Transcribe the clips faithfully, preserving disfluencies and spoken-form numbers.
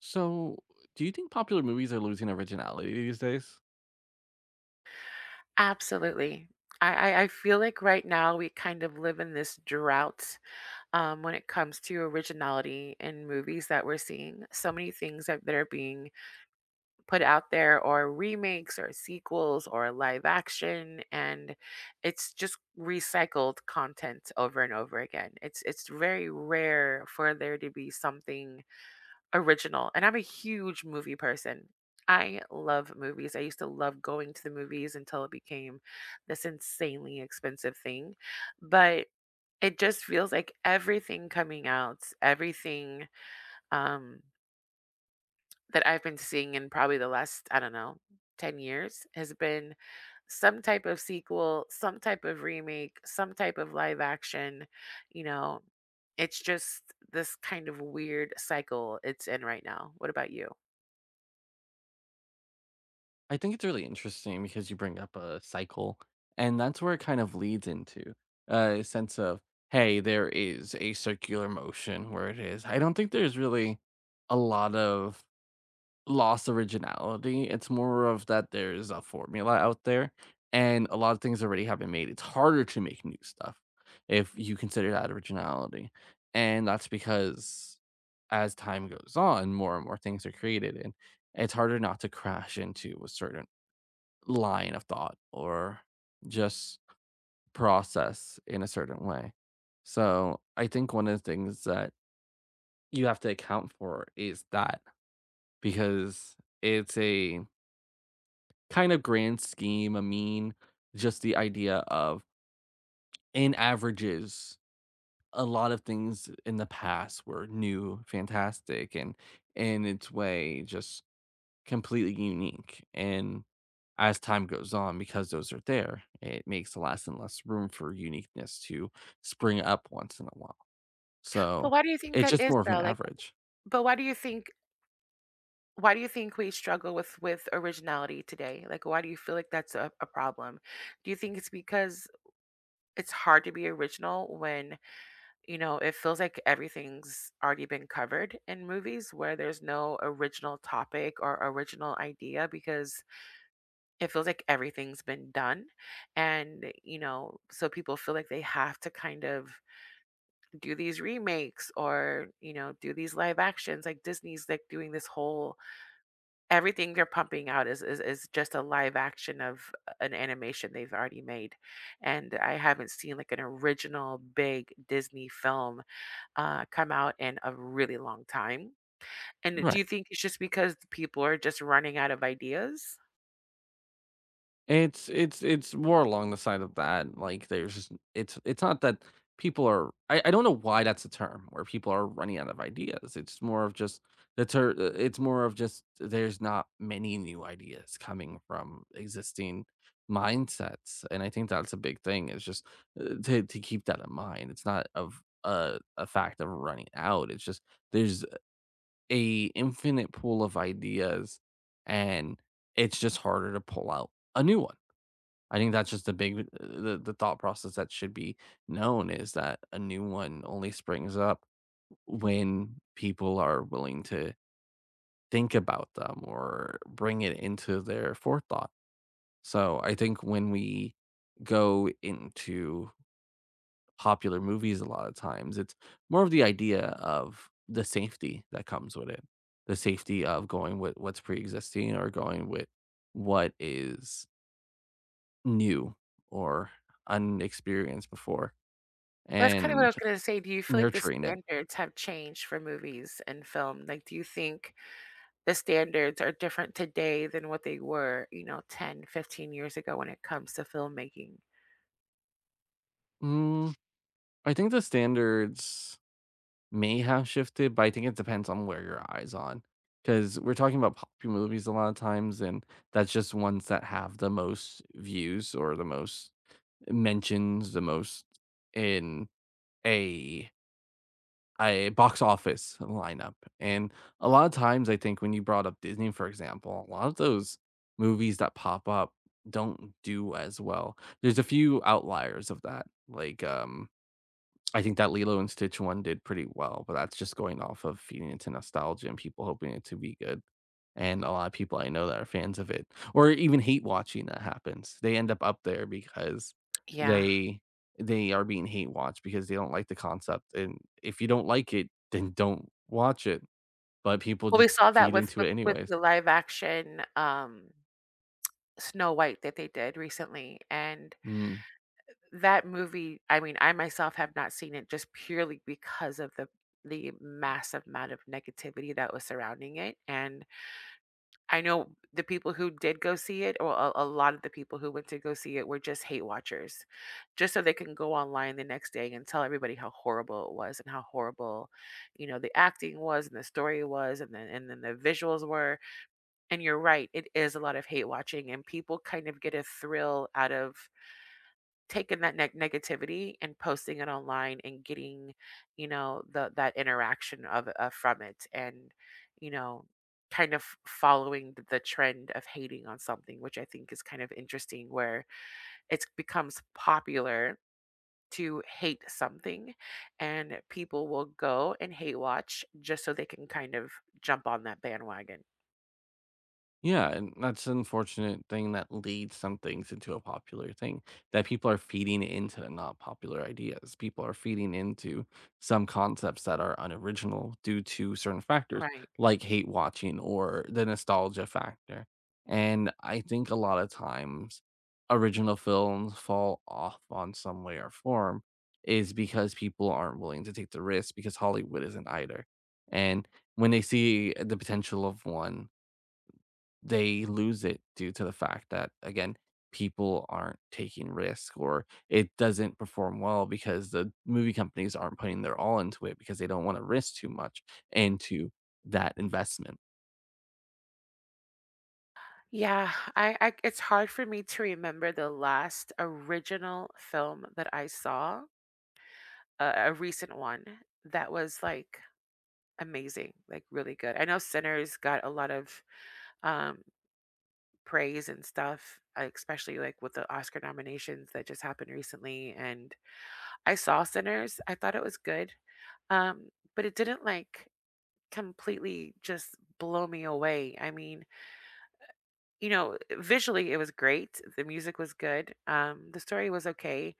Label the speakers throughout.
Speaker 1: So, do you think popular movies are losing originality these days?
Speaker 2: Absolutely. I, I I feel like right now we kind of live in this drought um, when it comes to originality in movies that we're seeing. So many things that, that are being put out there, or remakes, or sequels, or live action, and it's just recycled content over and over again. It's it's very rare for there to be something original. And I'm a huge movie person. I love movies. I used to love going to the movies until it became this insanely expensive thing. But it just feels like everything coming out, everything um, that I've been seeing in probably the last, I don't know, 10 years has been some type of sequel, some type of remake, some type of live action. You know, it's just this kind of weird cycle it's in right now. What about you?
Speaker 1: I think it's really interesting because you bring up a cycle, and that's where it kind of leads into a sense of, hey, there is a circular motion where it is. I don't think there's really a lot of lost originality. It's more of that there's a formula out there and a lot of things already have been made. It's harder to make new stuff if you consider that originality. And that's because as time goes on, more and more things are created and it's harder not to crash into a certain line of thought or just process in a certain way. So I think one of the things that you have to account for is that because it's a kind of grand scheme, I mean, just the idea of in averages, a lot of things in the past were new, fantastic, and in its way, just completely unique. And as time goes on, because those are there, it makes less and less room for uniqueness to spring up once in a while.
Speaker 2: But
Speaker 1: So
Speaker 2: why do you think
Speaker 1: it's
Speaker 2: that
Speaker 1: just
Speaker 2: is
Speaker 1: more of
Speaker 2: though?
Speaker 1: an
Speaker 2: Like,
Speaker 1: average.
Speaker 2: but why do you think why do you think we struggle with with originality today? Like, why do you feel like that's a, a problem? Do you think it's because it's hard to be original when you know it feels like everything's already been covered in movies where there's no original topic or original idea because it feels like everything's been done, and you know so people feel like they have to kind of do these remakes or you know do these live actions, like Disney's like doing this whole everything they're pumping out is is, is just a live action of an animation they've already made. And I haven't seen like an original big Disney film uh, come out in a really long time. And do
Speaker 1: Right.
Speaker 2: you think it's just because people are just running out of ideas?
Speaker 1: It's it's it's more along the side of that, like, there's just- it's it's not that people are I I don't know why that's a term where people are running out of ideas, it's more of just the ter uh, it's more of just there's not many new ideas coming from existing mindsets, and I think that's a big thing, is just, uh, to to keep that in mind, it's not of a a fact of running out, it's just there's a infinite pool of ideas, and it's just harder to pull out a new one. I think that's just the big uh, the the thought process that should be known is that a new one only springs up when people are willing to think about them or bring it into their forethought. So I think when we go into popular movies a lot of times, it's more of the idea of the safety that comes with it. The safety of going with what's pre-existing or going with what is new or unexperienced before.
Speaker 2: Well, that's kind of what I
Speaker 1: And
Speaker 2: was going to say. Do you feel like the
Speaker 1: nurturing it.
Speaker 2: standards have changed for movies and film? Like, do you think the standards are different today than what they were, you know, ten, fifteen years ago when it comes to filmmaking?
Speaker 1: Mm, I think the standards may have shifted, but I think it depends on where your eyes on. Because we're talking about popular movies a lot of times, and that's just ones that have the most views or the most mentions, the most in a a box office lineup. And a lot of times, I think when you brought up Disney, for example, a lot of those movies that pop up don't do as well. There's a few outliers of that, like um, I think that Lilo and Stitch one did pretty well, but that's just going off of feeding into nostalgia and people hoping it to be good. And a lot of people I know that are fans of it or even hate watching that happens. They end up up there because
Speaker 2: Yeah.
Speaker 1: they they are being hate watched because they don't like the concept, and if you don't like it, then don't watch it, but people
Speaker 2: Well, we
Speaker 1: just
Speaker 2: saw that
Speaker 1: feed
Speaker 2: with
Speaker 1: into
Speaker 2: with,
Speaker 1: it
Speaker 2: with
Speaker 1: anyways.
Speaker 2: the live action um, Snow White that they did recently, and
Speaker 1: Mm.
Speaker 2: that movie. I mean, I myself have not seen it just purely because of the the massive amount of negativity that was surrounding it, and I know the people who did go see it, or a, a lot of the people who went to go see it, were just hate watchers, just so they can go online the next day and tell everybody how horrible it was and how horrible, you know, the acting was and the story was, and then and then the visuals were. And you're right, it is a lot of hate watching, and people kind of get a thrill out of taking that neg- negativity and posting it online and getting you know the that interaction of uh, from it, and you know kind of following th- the trend of hating on something, which I think is kind of interesting where it becomes popular to hate something, and people will go and hate watch just so they can kind of jump on that bandwagon.
Speaker 1: Yeah, and that's an unfortunate thing that leads some things into a popular thing that people are feeding into not popular ideas. People are feeding into some concepts that are unoriginal due to certain factors
Speaker 2: Right.
Speaker 1: like hate watching or the nostalgia factor. And I think a lot of times original films fall off on some way or form is because people aren't willing to take the risk because Hollywood isn't either. And when they see the potential of one they lose it due to the fact that again people aren't taking risk or it doesn't perform well because the movie companies aren't putting their all into it because they don't want to risk too much into that investment.
Speaker 2: Yeah, I, I it's hard for me to remember the last original film that I saw, a a recent one that was, like, amazing, like, really good. I know Sinners got a lot of, um, praise and stuff, uh, especially, like, with the Oscar nominations that just happened recently, and I saw Sinners, I thought it was good, um, but it didn't, like, completely just blow me away. I mean, you know, visually, it was great, the music was good, um, the story was okay.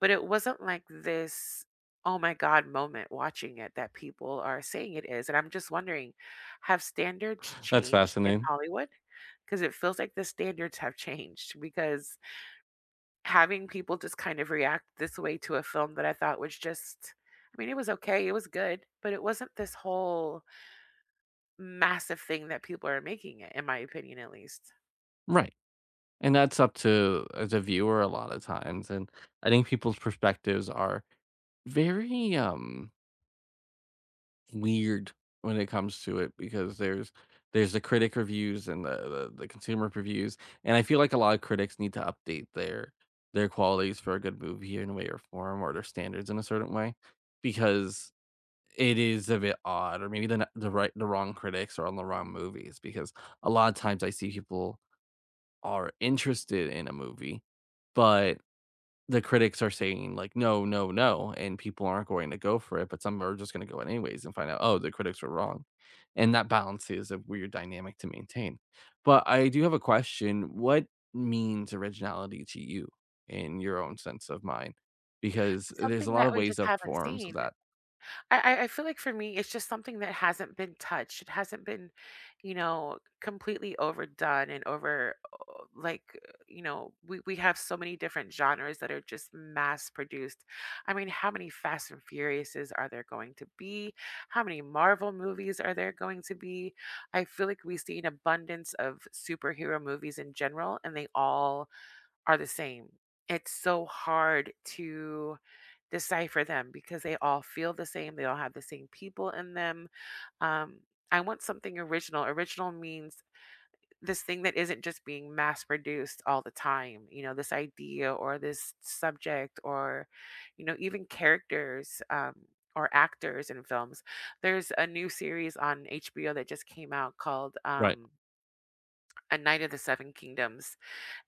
Speaker 2: But it wasn't like this, "Oh my god" moment watching it that people are saying it is, and I'm just wondering, have standards
Speaker 1: That's
Speaker 2: changed in
Speaker 1: fascinating.
Speaker 2: Hollywood? Because it feels like the standards have changed, because having people just kind of react this way to a film that I thought was just, I mean, it was okay, it was good, but it wasn't this whole massive thing that people are making it, in my opinion, at least.
Speaker 1: Right, and that's up to uh, the viewer a lot of times, and I think people's perspectives are very um weird when it comes to it because there's there's the critic reviews and the, the the consumer reviews, and I feel like a lot of critics need to update their their qualities for a good movie in a way or form, or their standards in a certain way, because it is a bit odd. Or maybe the n- the right the wrong critics are on the wrong movies because a lot of times I see people are interested in a movie, but the critics are saying like, "No, no, no," and people aren't going to go for it, but some are just gonna go anyways and find out, "Oh, the critics were wrong." And that balance is a weird dynamic to maintain. But I do have a question. What means originality to you in your own sense of mind? Because there's a
Speaker 2: Something
Speaker 1: lot
Speaker 2: that
Speaker 1: of
Speaker 2: we
Speaker 1: ways
Speaker 2: just
Speaker 1: of
Speaker 2: haven't
Speaker 1: forms of
Speaker 2: seen.
Speaker 1: that.
Speaker 2: I I I feel like for me, it's just something that hasn't been touched. It hasn't been, you know, completely overdone and over, uh, like, uh, you know, we, we have so many different genres that are just mass produced. I mean, how many Fast and Furiouses are there going to be? How many Marvel movies are there going to be? I feel like we see an abundance of superhero movies in general, and they all are the same. It's so hard to decipher them because they all feel the same. They all have the same people in them. Um, I want something original. Original means this thing that isn't just being mass produced all the time. You know, this idea or this subject or, you know, even characters um, or actors in films. There's a new series on H B O that just came out called
Speaker 1: Right.
Speaker 2: um, A Night of the Seven Kingdoms,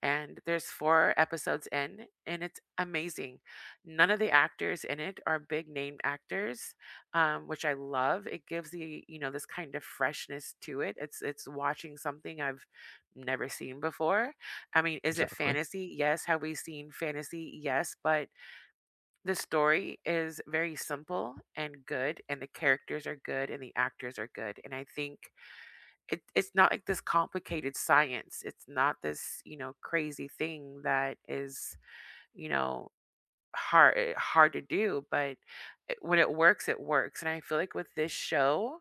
Speaker 2: and there's four episodes in, and it's amazing. None of the actors in it are big name actors, um, which I love. It gives the you know, this kind of freshness to it. It's it's watching something I've never seen before. I mean, is it
Speaker 1: Exactly.
Speaker 2: fantasy? Yes. Have we seen fantasy? Yes, but the story is very simple and good, and the characters are good, and the actors are good, and I think it it's not like this complicated science. It's not this, you know, crazy thing that is, you know, hard eh, hard to do, but it, when it works, it works, and I feel like with this show,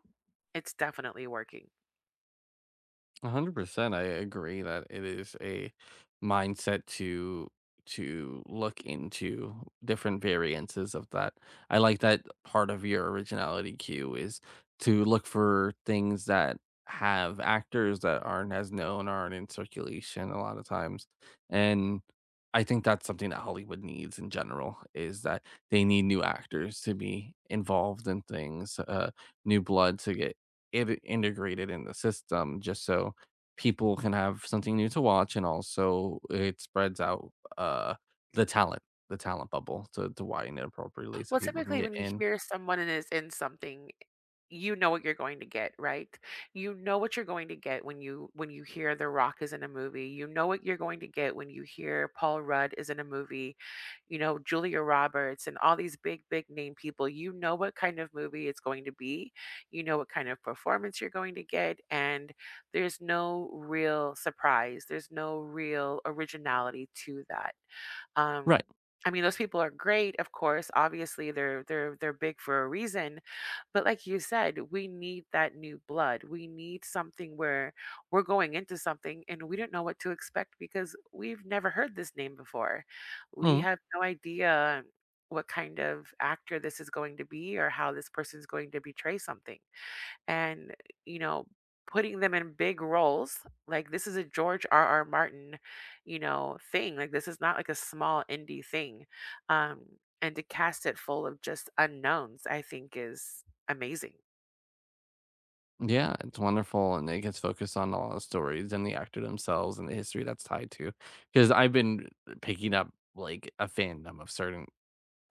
Speaker 2: it's definitely working.
Speaker 1: one hundred percent. I agree that it is a mindset to to look into different variances of that. I like that part of your originality cue is to look for things that have actors that aren't as known, aren't in circulation a lot of times. And I think that's something that Hollywood needs in general is that they need new actors to be involved in things, uh, new blood to get it integrated in the system just so people can have something new to watch, and also it spreads out, uh, the talent the talent bubble to to widen it appropriately so
Speaker 2: Well,
Speaker 1: people can
Speaker 2: typically,
Speaker 1: get
Speaker 2: when you
Speaker 1: in.
Speaker 2: hear someone is in something. You know what you're going to get, right? You know what you're going to get when you when you hear The Rock is in a movie. You know what you're going to get when you hear Paul Rudd is in a movie, you know, Julia Roberts and all these big, big name people. You know what kind of movie it's going to be. You know what kind of performance you're going to get. And there's no real surprise. There's no real originality to that. Um,
Speaker 1: Right.
Speaker 2: I mean, those people are great, of course. Obviously, they're they're they're big for a reason, but like you said, we need that new blood. We need something where we're going into something and we don't know what to expect because we've never heard this name before. We
Speaker 1: Mhm.
Speaker 2: have no idea what kind of actor this is going to be or how this person's going to betray something, and you know putting them in big roles, like this is a George R R Martin you know thing. Like, this is not like a small indie thing, um and to cast it full of just unknowns, I think, is amazing.
Speaker 1: Yeah, it's wonderful, and it gets focused on all the stories and the actor themselves and the history that's tied to. Because 'cause I've been picking up, like, a fandom of certain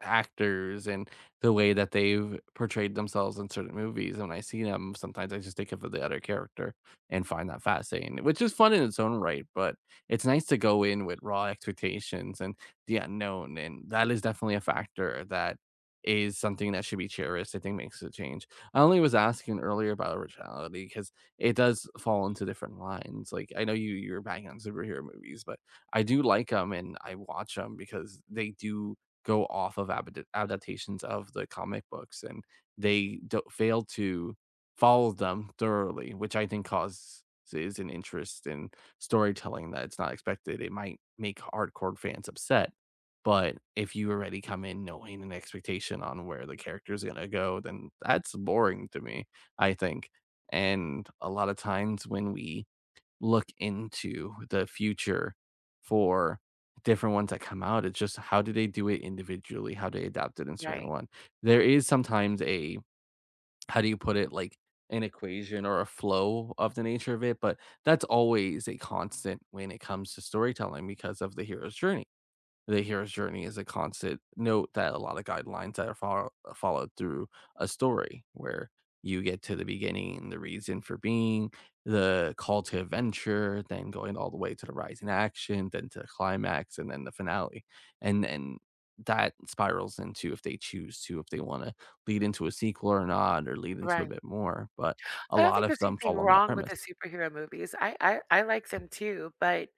Speaker 1: actors and the way that they've portrayed themselves in certain movies, and when I see them, sometimes I just think of the other character and find that fascinating, which is fun in its own right, but it's nice to go in with raw expectations and the unknown, and that is definitely a factor that is something that should be cherished, I think makes a change. I only was asking earlier about originality because it does fall into different lines, like, I know you you're banging on superhero movies, but I do like them and I watch them because they do go off of abd adaptations of the comic books, and they do fail to follow them thoroughly, which I think causes an interest in storytelling that it's not expected. It might make hardcore fans upset, but if you already come in knowing an expectation on where the character is gonna go, then that's boring to me, I think, and a lot of times when we look into the future for different ones that come out. It's just how do they do it individually? How do they adapt it in certain
Speaker 2: Right.
Speaker 1: one. There is sometimes a how do you put it like an equation or a flow of the nature of it, but that's always a constant when it comes to storytelling because of the hero's journey. The hero's journey is a constant note that a lot of guidelines that are follow, followed through a story where you get to the beginning, the reason for being, the call to adventure, then going all the way to the rise in action, then to the climax, and then the finale. And and that spirals into if they choose to, if they want to lead into a sequel or not, or lead into a
Speaker 2: Right.
Speaker 1: bit more. But a
Speaker 2: I don't
Speaker 1: lot
Speaker 2: think
Speaker 1: of
Speaker 2: there's
Speaker 1: them
Speaker 2: anything
Speaker 1: fall on that
Speaker 2: wrong with the
Speaker 1: premise.
Speaker 2: superhero movies. I i, I like them too, but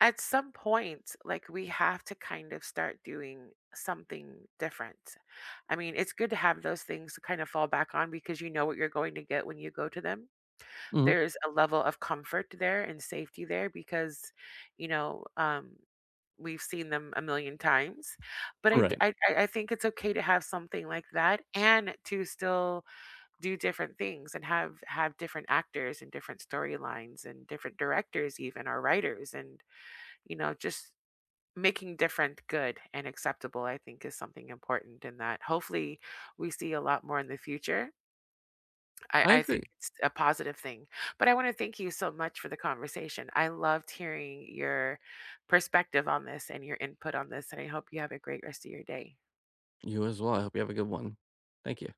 Speaker 2: at some point, like, we have to kind of start doing something different. I mean, it's good to have those things to kind of fall back on because you know what you're going to get when you go to them.
Speaker 1: Mhm.
Speaker 2: There's a level of comfort there and safety there because, you know, um, we've seen them a million times. But I, d-
Speaker 1: Right.
Speaker 2: I, I I think it's okay to have something like that and to still do different things and have have different actors and different storylines and different directors even, or writers, and you know just making different good and acceptable, I think, is something important in that hopefully we see a lot more in the future. I,
Speaker 1: I
Speaker 2: I
Speaker 1: agree.
Speaker 2: think it's a positive thing. But I want to thank you so much for the conversation. I loved hearing your perspective on this and your input on this, and I hope you have a great rest of your day.
Speaker 1: You as well. I hope you have a good one. Thank you.